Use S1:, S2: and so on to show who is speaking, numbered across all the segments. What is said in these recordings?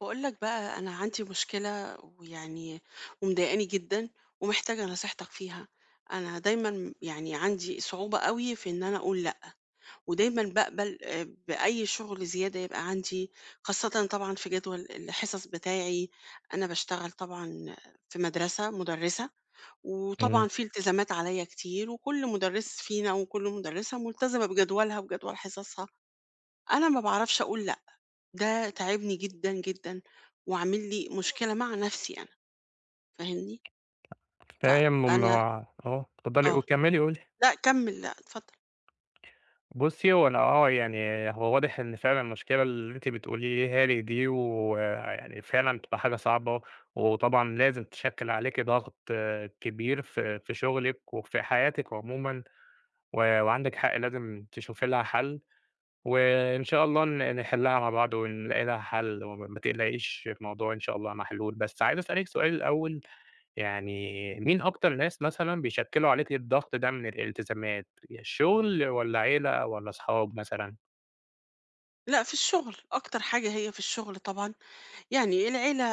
S1: باقول لك بقى أنا عندي مشكلة ويعني ومضايقاني جدًا ومحتاجة نصيحتك فيها. أنا دايمًا يعني عندي صعوبة أوي في إن أنا أقول لأ، ودايمًا باقبل بأي شغل زيادة يبقى عندي، خاصةً طبعًا في جدول الحصص بتاعي. أنا باشتغل طبعًا في مدرسة، مُدرِّسة،
S2: إمم،
S1: وطبعًا في التزامات عليّا كتير، وكل مُدرِّس فينا وكل مُدرِّسة ملتزمة بجدولها وبجدول حصصها. أنا ما باعرفش أقول لا، ده تاعبني جدًا، جدًا، وعامل لي مشكلة مع نفسي أنا، فاهمني؟
S2: فاهم إن
S1: فأنا
S2: هو آه، اتفضلي
S1: آه،
S2: كمّلي قولي.
S1: لأ كمّل لأ اتفضل.
S2: بُصّي، هو أنا آه، هو واضح إن فعلًا المشكلة اللي أنتِ بتقوليها لي دي ويعني فعلًا بتبقى حاجة صعبة، وطبعًا لازم تشكِّل عليكِ ضغط كبير في شغلِك وفي حياتِك عمومًا، و وعندِك حق لازم تشوفي لها حَل، وإن شاء الله نحلّها مع بعض ونلاقي لها حَل، وما ما تقلقيش الموضوع إن شاء الله محلول. بس عايز أسألِك سؤال الأول، يعني مين أكتر ناس مثلًا بيشكّلوا عليكِ الضغط ده من الالتزامات، الشغل والّا عيلة والّا أصحاب مثلًا؟
S1: لأ في الشغل، أكتر حاجة هي في الشغل طبعًا. يعني العيلة،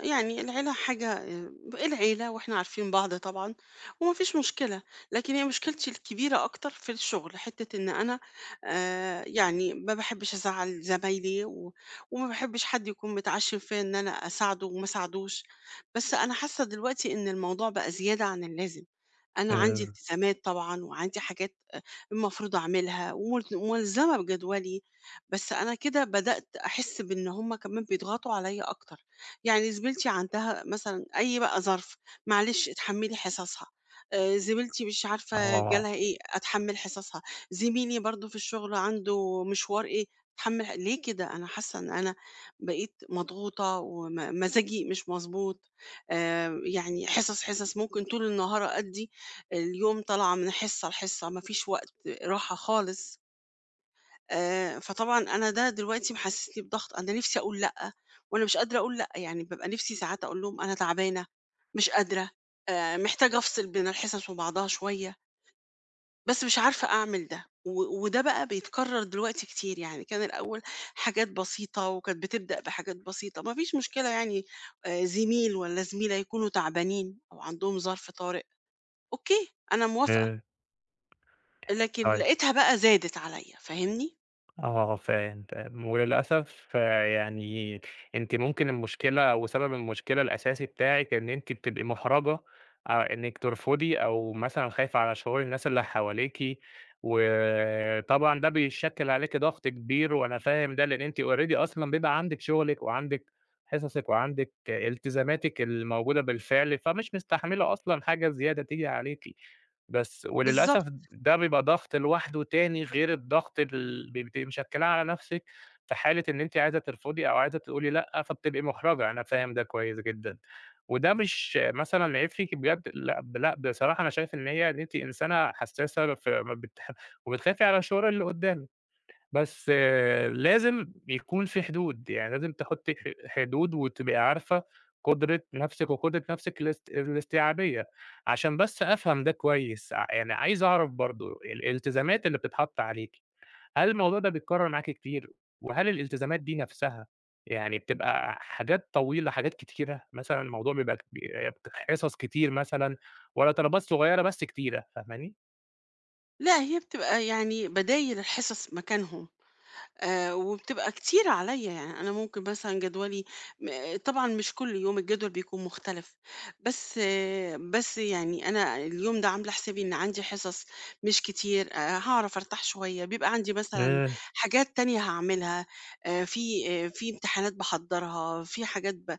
S1: يعني العيلة حاجة آه، العيلة واحنا عارفين بعض طبعا وما فيش مشكلة. لكن هي مشكلتي الكبيرة أكتر في الشغل، حتة إن أنا آه، يعني ما بحبش أزعل زمايلي وما بحبش حد يكون متعشم فيا إن أنا أساعده وما ساعدوش. بس أنا حاسة دلوقتي إن الموضوع بقى زيادة عن اللازم. أنا
S2: آآ
S1: عندي التزامات طبعًا وعندي حاجات المفروض أعملها ومل ملزمة بجدولي، بس أنا كده بدأت أحس بإن هم كمان بيضغطوا عليّا أكتر. يعني زميلتي عندها مثلًا أي بقى ظرف، معلش اتحمّلي حصصها، زميلتي مش عارفة
S2: آه،
S1: جالها إيه، أتحمّل حصصها، زميلي برضه في الشغل عنده مشوار إيه، أتحمّل ليه كده؟ أنا حاسة إن أنا بقيت مضغوطة وم مزاجي مش مضبوط. يعني حصص ممكن طول النهار أأدّي، اليوم طالعة من حصة لحصة، ما فيش وقت راحة خالص. فطبعًا أنا ده دلوقتي محسسني بضغط، أنا نفسي أقول لأ، وأنا مش قادرة أقول لأ، يعني بابقى نفسي ساعات أقول لهم أنا تعبانة، مش قادرة، محتاجة أفصل بين الحصص وبعضها شوية، بس مش عارفة أعمل ده، وده بقى بيتكرر دلوقتي كتير. يعني كان الأول حاجات بسيطة وكانت بتبدأ بحاجات بسيطة، ما فيش مشكلة يعني. زميل والّا زميلة يكونوا تعبانين أو عندهم ظرف طارئ، أوكي، أنا موافقة. لكن
S2: آآ
S1: لقيتها بقى زادت عليّا، فاهمني؟
S2: آه فاهم، فاهم، وللأسف آه، أنتِ ممكن المشكلة أو سبب المشكلة الأساسي بتاعِك إن أنتِ بتبقي محرجة، إنِّك ترفضي أو مثلًا خايفة على شعور الناس اللي حواليكِ، وطبعًا ده بيشكِّل عليكِ ضغط كبير وأنا فاهم ده، لإن أنتِ already أصلًا بيبقى عندِك شغلِك وعندِك حصصِك وعندِك التزاماتِك الموجودة بالفعل، فمش مستحملة أصلًا حاجة زيادة تيجي عليكِ. بس وللأسف
S1: بالضبط.
S2: ده بيبقى ضغط لوحده تاني غير الضغط ال بتبقي مشكّلاه على نفسِك في حالة إن أنتِ عايزة ترفضي أو عايزة تقولي لأ، فبتبقي مُحرَجة، أنا فاهم ده كويس جدًا. وده مش مثلًا عيب فيكِ بجد، لأ، لأ بصراحة أنا شايف إن هي إن أنتِ إنسانة حسّاسة ف ما بتح وبتخافي على شعور اللي قدّامِك. بس آه، لازم يكون في حدود، يعني لازم تحُطّي حدود وتبقي عارفة قدرة نَفْسِك وقدرة نَفْسِك الاستيعابية، عشان بس أفهم ده كويس، يعني عايز أعرف برضه الالتزامات اللي بتتحَط عليكِ، هل الموضوع ده بيتكرّر معاكِ كتير؟ وهل الالتزامات دي نَفْسها يعني بتبقى حاجات طويلة، حاجات كتيرة؟ مثلًا الموضوع بيبقى حِصَص كتير مثلًا والّا طلبات صغيّرة بس كتيرة، فاهماني؟
S1: لأ، هي بتبقى يعني بدايل الحصص مكانهم. وبتبقى كتيرة عليّا. يعني أنا ممكن مثلًا جدولي آه، طبعًا مش كل يوم الجدول بيكون مختلف، بس آه، بس يعني أنا اليوم ده عاملة حسابي إن عندي حصص مش كتير، هاعرف أرتاح شوية، بيبقى عندي مثلًا
S2: إمم،
S1: حاجات تانية هاعملها. في امتحانات باحضّرها، في حاجات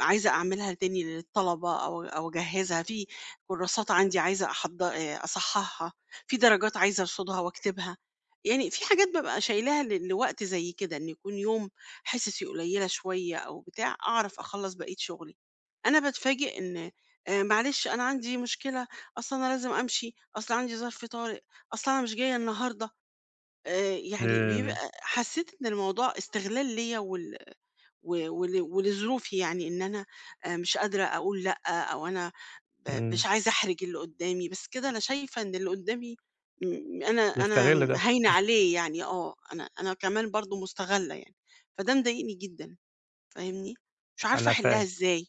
S1: عايزة أعملها تاني للطلبة أو أو أجهّزها، في كورسات عندي عايزة أحض أصحّحها، في درجات عايزة أرصدها وأكتبها. يعني في حاجات بابقى شايلاها لوقت زي كده، إن يكون يوم حِصَصي قليّلة شوية أو بتاع، أعرف أخلّص بقية شغلي. أنا باتفاجئ إن معلش أنا عندي مشكلة، أصل أنا لازم أمشي، أصل عندي ظرف طارئ، أصل أنا مش جاية النهارده. يعني بيبقى
S2: إمم،
S1: حسّيت إن الموضوع استغلال ليّا و ولظروفي يعني إن أنا مش قادرة أقول لأ، أو أنا
S2: إمم،
S1: مش عايزة أحرج اللي قدّامي، بس كده أنا شايفة إن اللي قدّامي م أنا أنا
S2: بيستغل ده،
S1: هاينة عليه يعني آه، أنا كمان برضه مستغلة يعني، فده مضايقني جدًا، فاهمني؟ مش عارفة
S2: أنا
S1: أحلها
S2: فاهم.
S1: إزاي.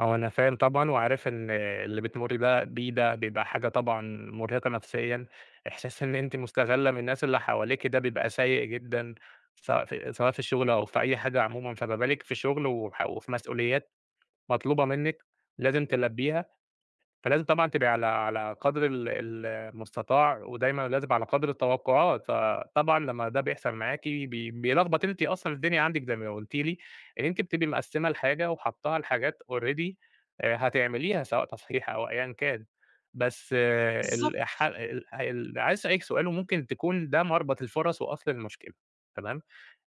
S2: هو أنا فاهم طبعًا، وعارف إن اللي بتمُرّي بيه ده بيبقى حاجة طبعًا مُرهقة نفسيًا، إحساس إن أنتِ مُستغلة من الناس اللي حواليكِ ده بيبقى سيء جدًا، سواء في الشغل أو في أي حاجة عمومًا، فما بالِك في شغل وح وفي مسؤوليات مطلوبة منِّك لازم تلبّيها. فلازم طبعًا تبقي على قدر ال ال المستطاع، ودايمًا لازم على قدر التوقعات، فطبعًا لمّا ده بيحصل معاكِ بيلخبط أنتِ أصلًا الدنيا عندِك زي ما قلتِ لي، إن أنتِ بتبقي مقسّمة الحاجة وحاطّاها لحاجات already هتعمليها سواء تصحيح أو أيًا كان، بس آه،
S1: بالظبط.
S2: ال ح ال ال عايز أسألِك سؤال وممكن تكون ده مربط الفُرَص وأصل المشكلة، تمام.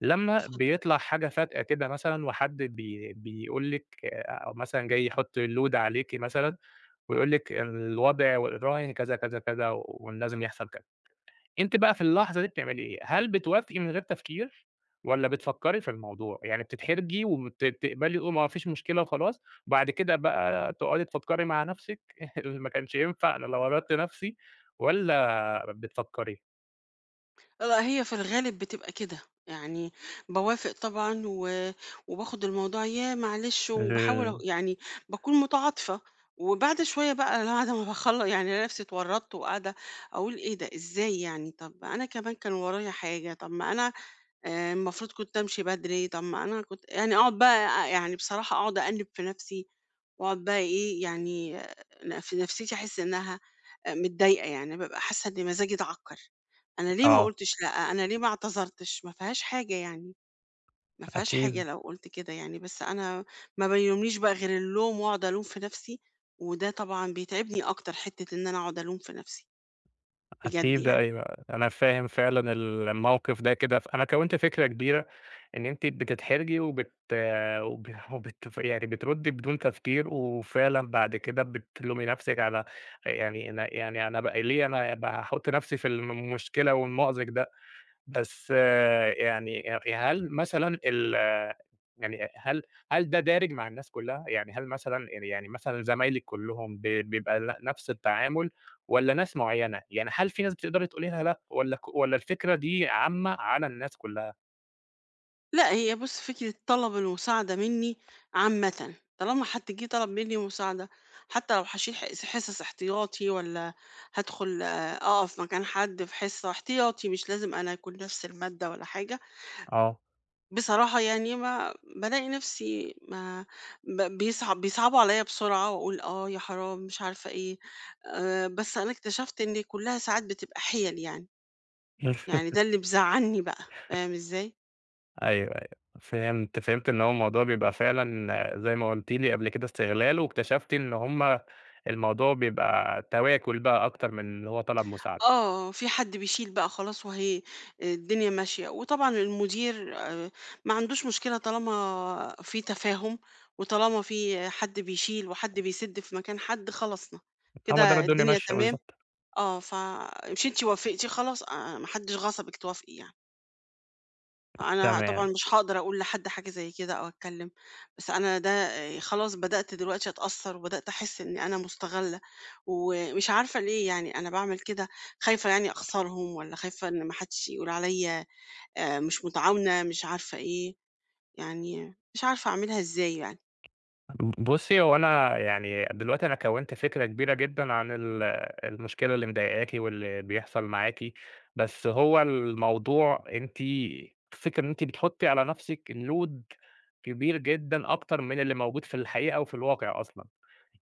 S2: لمّا بيطلع حاجة فجأة كده مثلًا وحد بيقول لِك آه، أو مثلًا جاي يحُط load عليكِ مثلًا ويقول لِك الوضع والراهن كذا، كذا، كذا، وإن لازم يحصل كذا. أنتِ بقى في اللحظة دي بتعملي إيه؟ هل بتوافقي من غير تفكير والّا بتفكّري في الموضوع؟ يعني بتتحرجي تقبلي وتقولي ما فيش مشكلة وخلاص، وبعد كده بقى تقعدي تفكّري مع نَفْسِك ما كانش ينفع أنا لو غلطت نَفْسي والّا بتفكّري؟
S1: لأ، هي في الغالب بتبقى كده. يعني باوافق طبعًا و وباخد الموضوع ياه معلش
S2: ال
S1: وباحاول يعني باكون متعاطفة، وبعد شوية بقى أنا بعد ما باخلّص يعني ألاقي نفسي اتورطت وقاعدة أقول إيه ده، إزاي يعني، طب أنا كمان كان ورايا حاجة، طب ما أنا المفروض كنت أمشي بدري، طب ما أنا كنت يعني أقعد بقى يعني بصراحة أقعد أأنِّب في نفسي. وأقعد بقى إيه يعني أنا في نفسيتي أحس إنها آه، متضايقة، يعني بابقى حاسة إن مزاجي اتعكر. أنا ليه ما
S2: آه،
S1: قلتش لأ؟ أنا ليه ما اعتذرتش؟ ما فيهاش حاجة يعني، ما فيهاش حاجة
S2: أكيد،
S1: لو قلت كده يعني. بس أنا ما بيلومنيش بقى غير اللوم وأقعد ألوم في نفسي، وده طبعًا بيتعبني أكتر، حتة إن أنا أقعد ألوم في نفسي بجد
S2: أكيد
S1: يعني.
S2: أيوه، أنا فاهم فعلًا الموقف ده كده، ف أنا كوّنت فكرة كبيرة إن أنتِ بتتحرجي وبت وب وبت يعني بتردّي بدون تفكير، وفعلًا بعد كده بتلومي نفسِك على، يعني أنا يعني أنا ب ليه أنا باحُط نفسي في المشكلة والمأزق ده، بس آه، يعني هل مثلًا ال يعني هل هل ده دارج مع الناس كلّها؟ يعني هل مثلًا يعني مثلًا زمايلِك كلّهم بيبقى نفس التعامل والّا ناس معيّنة؟ يعني هل في ناس بتقدري تقولي لها لأ والّا والّا الفكرة دي عامة على الناس كلّها؟
S1: لأ، هي بُص، فكرة طلب المساعدة منّي عامةً، طالما حد جِه طلب منّي مساعدة، حتى لو هاشيل حصص احتياطي والّا هادخل أقف مكان حد في حصة احتياطي، مش لازم أنا يكون نفس المادة ولا حاجة،
S2: آه.
S1: بصراحة يعني ما بالاقي نفسي ما ب بيصعبوا عليّا بسرعة وأقول آه، يا حرام مش عارفة إيه. بس أنا اكتشفت إن كُلّها ساعات بتبقى حِيَل يعني، يعني ده اللي مزعّلني بقى، فاهم إزاي؟
S2: أيوه، أيوه. فهمت، فهمت إن هو الموضوع بيبقى فعلًا زي ما قُلتِ لي قبل كده استغلال، واكتشفتِ إن هُم الموضوع بيبقى تواكل بقى أكتر من إن هو طلب مساعدة.
S1: آه، في حد بيشيل بقى خلاص وهي الدنيا ماشية، وطبعًا المدير ما عندوش مشكلة طالما في تفاهم، وطالما في حد بيشيل وحد بيسِد في مكان حد خلصنا،
S2: هو ده ما
S1: كده
S2: الدنيا
S1: الدنيا
S2: ماشية
S1: تمام.
S2: بالضبط،
S1: آه، فمش أنتِ وافقتِ خلاص، ما حدش غصبِك توافقي يعني. أنا طبعًا
S2: تمام.
S1: مش هاقدر أقول لحد حاجة زي كده أو أتكلّم، بس أنا ده خلاص بدأت دلوقتي أتأثّر وبدأت أحس إني أنا مُستغلّة، ومش عارفة ليه يعني أنا باعمل كده، خايفة يعني أخسرهم والّا خايفة إن ما حدش يقول عليّا مش متعاونة مش عارفة إيه، يعني مش عارفة أعملها إزاي يعني.
S2: بُصّي، هو أنا يعني دلوقتي أنا كوّنت فكرة كبيرة جدًا عن المشكلة اللي مضايقاكِ واللي بيحصل معاكِ، بس هو الموضوع أنتِ الفكرة إن أنتِ بتحطّي على نفسِك load كبير جدًا أكتر من اللي موجود في الحقيقة وفي الواقع أصلًا.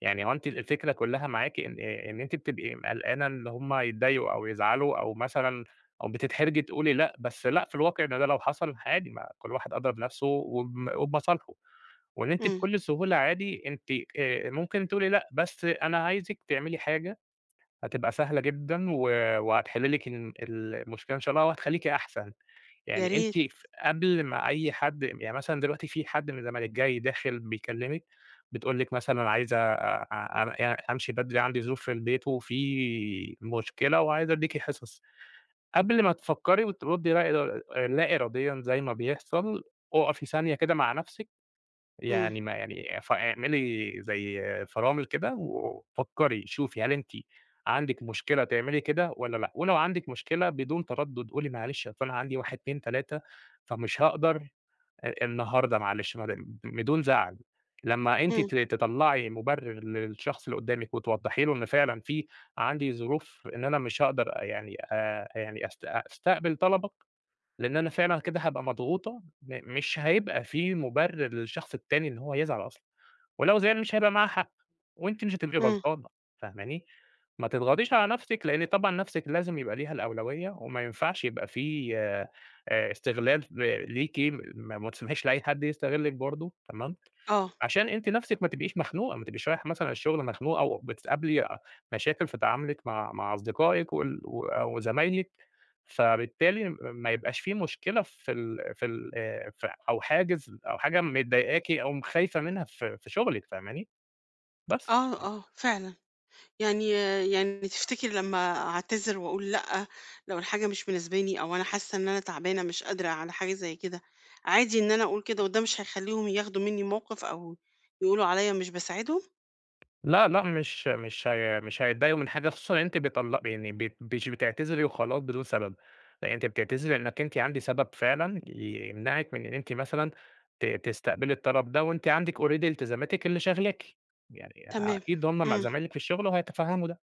S2: يعني هو أنتِ الفكرة كلّها معاكِ إن إن أنتِ بتبقي قلقانة إن هم يتضايقوا أو يزعلوا أو مثلًا أو بتتحرجي تقولي لأ، بس لأ، في الواقع إن ده لو حصل عادي ما كل واحد أدرى بنَفْسه وبم وبمصالحه، وإن أنتِ
S1: إمم،
S2: بكل سهولة عادي أنتِ ممكن تقولي لأ، بس أنا عايزِك تعملي حاجة هتبقى سهلة جدًا وهتحل لِك المشكلة إن شاء الله وهتخلّيكِ أحسن.
S1: يا
S2: يعني أنتِ
S1: ريت.
S2: ف قبل ما أي حد يعني مثلًا دلوقتي في حد من الزمالك جاي داخل بيكلمِك، بتقول لِك مثلًا عايزة أمشي بدري عندي ظروف في البيت وفي مشكلة وعايزة أدّيكِ حصص، قبل ما تفكّري وتردي لا إراديًا زي ما بيحصل، أُقفي ثانية كده مع نفسِك،
S1: إمم،
S2: يعني ما يعني ف اعملي زي فرامل كده وفكّري، شوفي هل أنتِ عندِك مشكلة تعملي كده والّا لأ، ولو عندِك مشكلة بدون تردُّد قولي معلش أصل أنا عندي 1، 2، 3 فمش هاقدر النهارده معلش ما دام بدون زعل. لمّا أنتِ
S1: إمم،
S2: تطلّعي مُبرر للشخص اللي قدّامِك وتوضّحي له إن فعلًا في عندي ظروف إن أنا مش هاقدر يعني يعني أستقبل طلبك، لإن أنا فعلًا كده هابقى مضغوطة، مش هيبقى في مُبرر للشخص التاني إن هو يزعل أصلًا، ولو زعل مش هيبقى معاه حق، وأنتِ مش هتبقي
S1: إمم.
S2: غلطانة، فاهماني؟ ما تضغطيش على نفسِك، لإن طبعًا نفسِك لازم يبقى ليها الأولوية، وما ينفعش يبقى في استغلال ليكِ، ما تسمحيش لأي حد يستغلِّك برضه، تمام؟
S1: آه،
S2: عشان أنتِ نَفْسِك ما تبقيش مخنوقة، ما تبقيش رايحة مثلًا الشغل مخنوقة أو بتقابلي مشاكل في تعاملِك مع أصدقائِك وال و أو زمايلِك، فبالتالي ما يبقاش في مشكلة في ال في ال ف أو حاجز أو حاجة مضايقاكِ أو خايفة منها في شغلِك، فاهماني؟ بس.
S1: آه،
S2: يعني.
S1: آه، فعلًا. يعني يعني تفتكري لمّا أعتذر وأقول لأ، لو الحاجة مش مناسباني أو أنا حاسة إن أنا تعبانة مش قادرة على حاجة زي كده، عادي إن أنا أقول كده وده مش هيخلّيهم ياخدوا منّي موقِف أو يقولوا عليّا مش باساعدهم؟
S2: لأ، لأ، مش هيتضايقوا من حاجة، خصوصًا إن أنتِ بيطل يعني بت مش بتعتذري وخلاص بدون سبب، لأ يعني أنتِ بتعتذري لإنِّك أنتِ عندِك سبب فعلًا يمنعِك من إن أنتِ مثلًا تستقبلي الطلب ده، وأنتِ عندِك already التزاماتِك اللي شاغلاكِ، يعني
S1: تمام،
S2: أكيد هم مع
S1: إمم،
S2: زمايلِك في الشغل وهيتفهموا ده.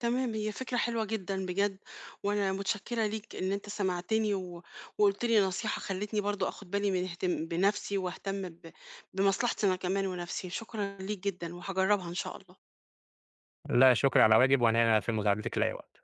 S1: تمام، هي فكرة حلوة جدًا بجد، وأنا متشكرة ليك إن أنت سمعتني وقُلت لي نصيحة خلّتني برضه آخُد بالي من اهتم بنَفْسي وأهتم بمصلحتي أنا كمان ونَفْسي، شكرًا ليك جدًا وهاجرّبها إن شاء الله.
S2: لا شكر على واجب، وأنا هنا في مساعدتِك لأي وقت.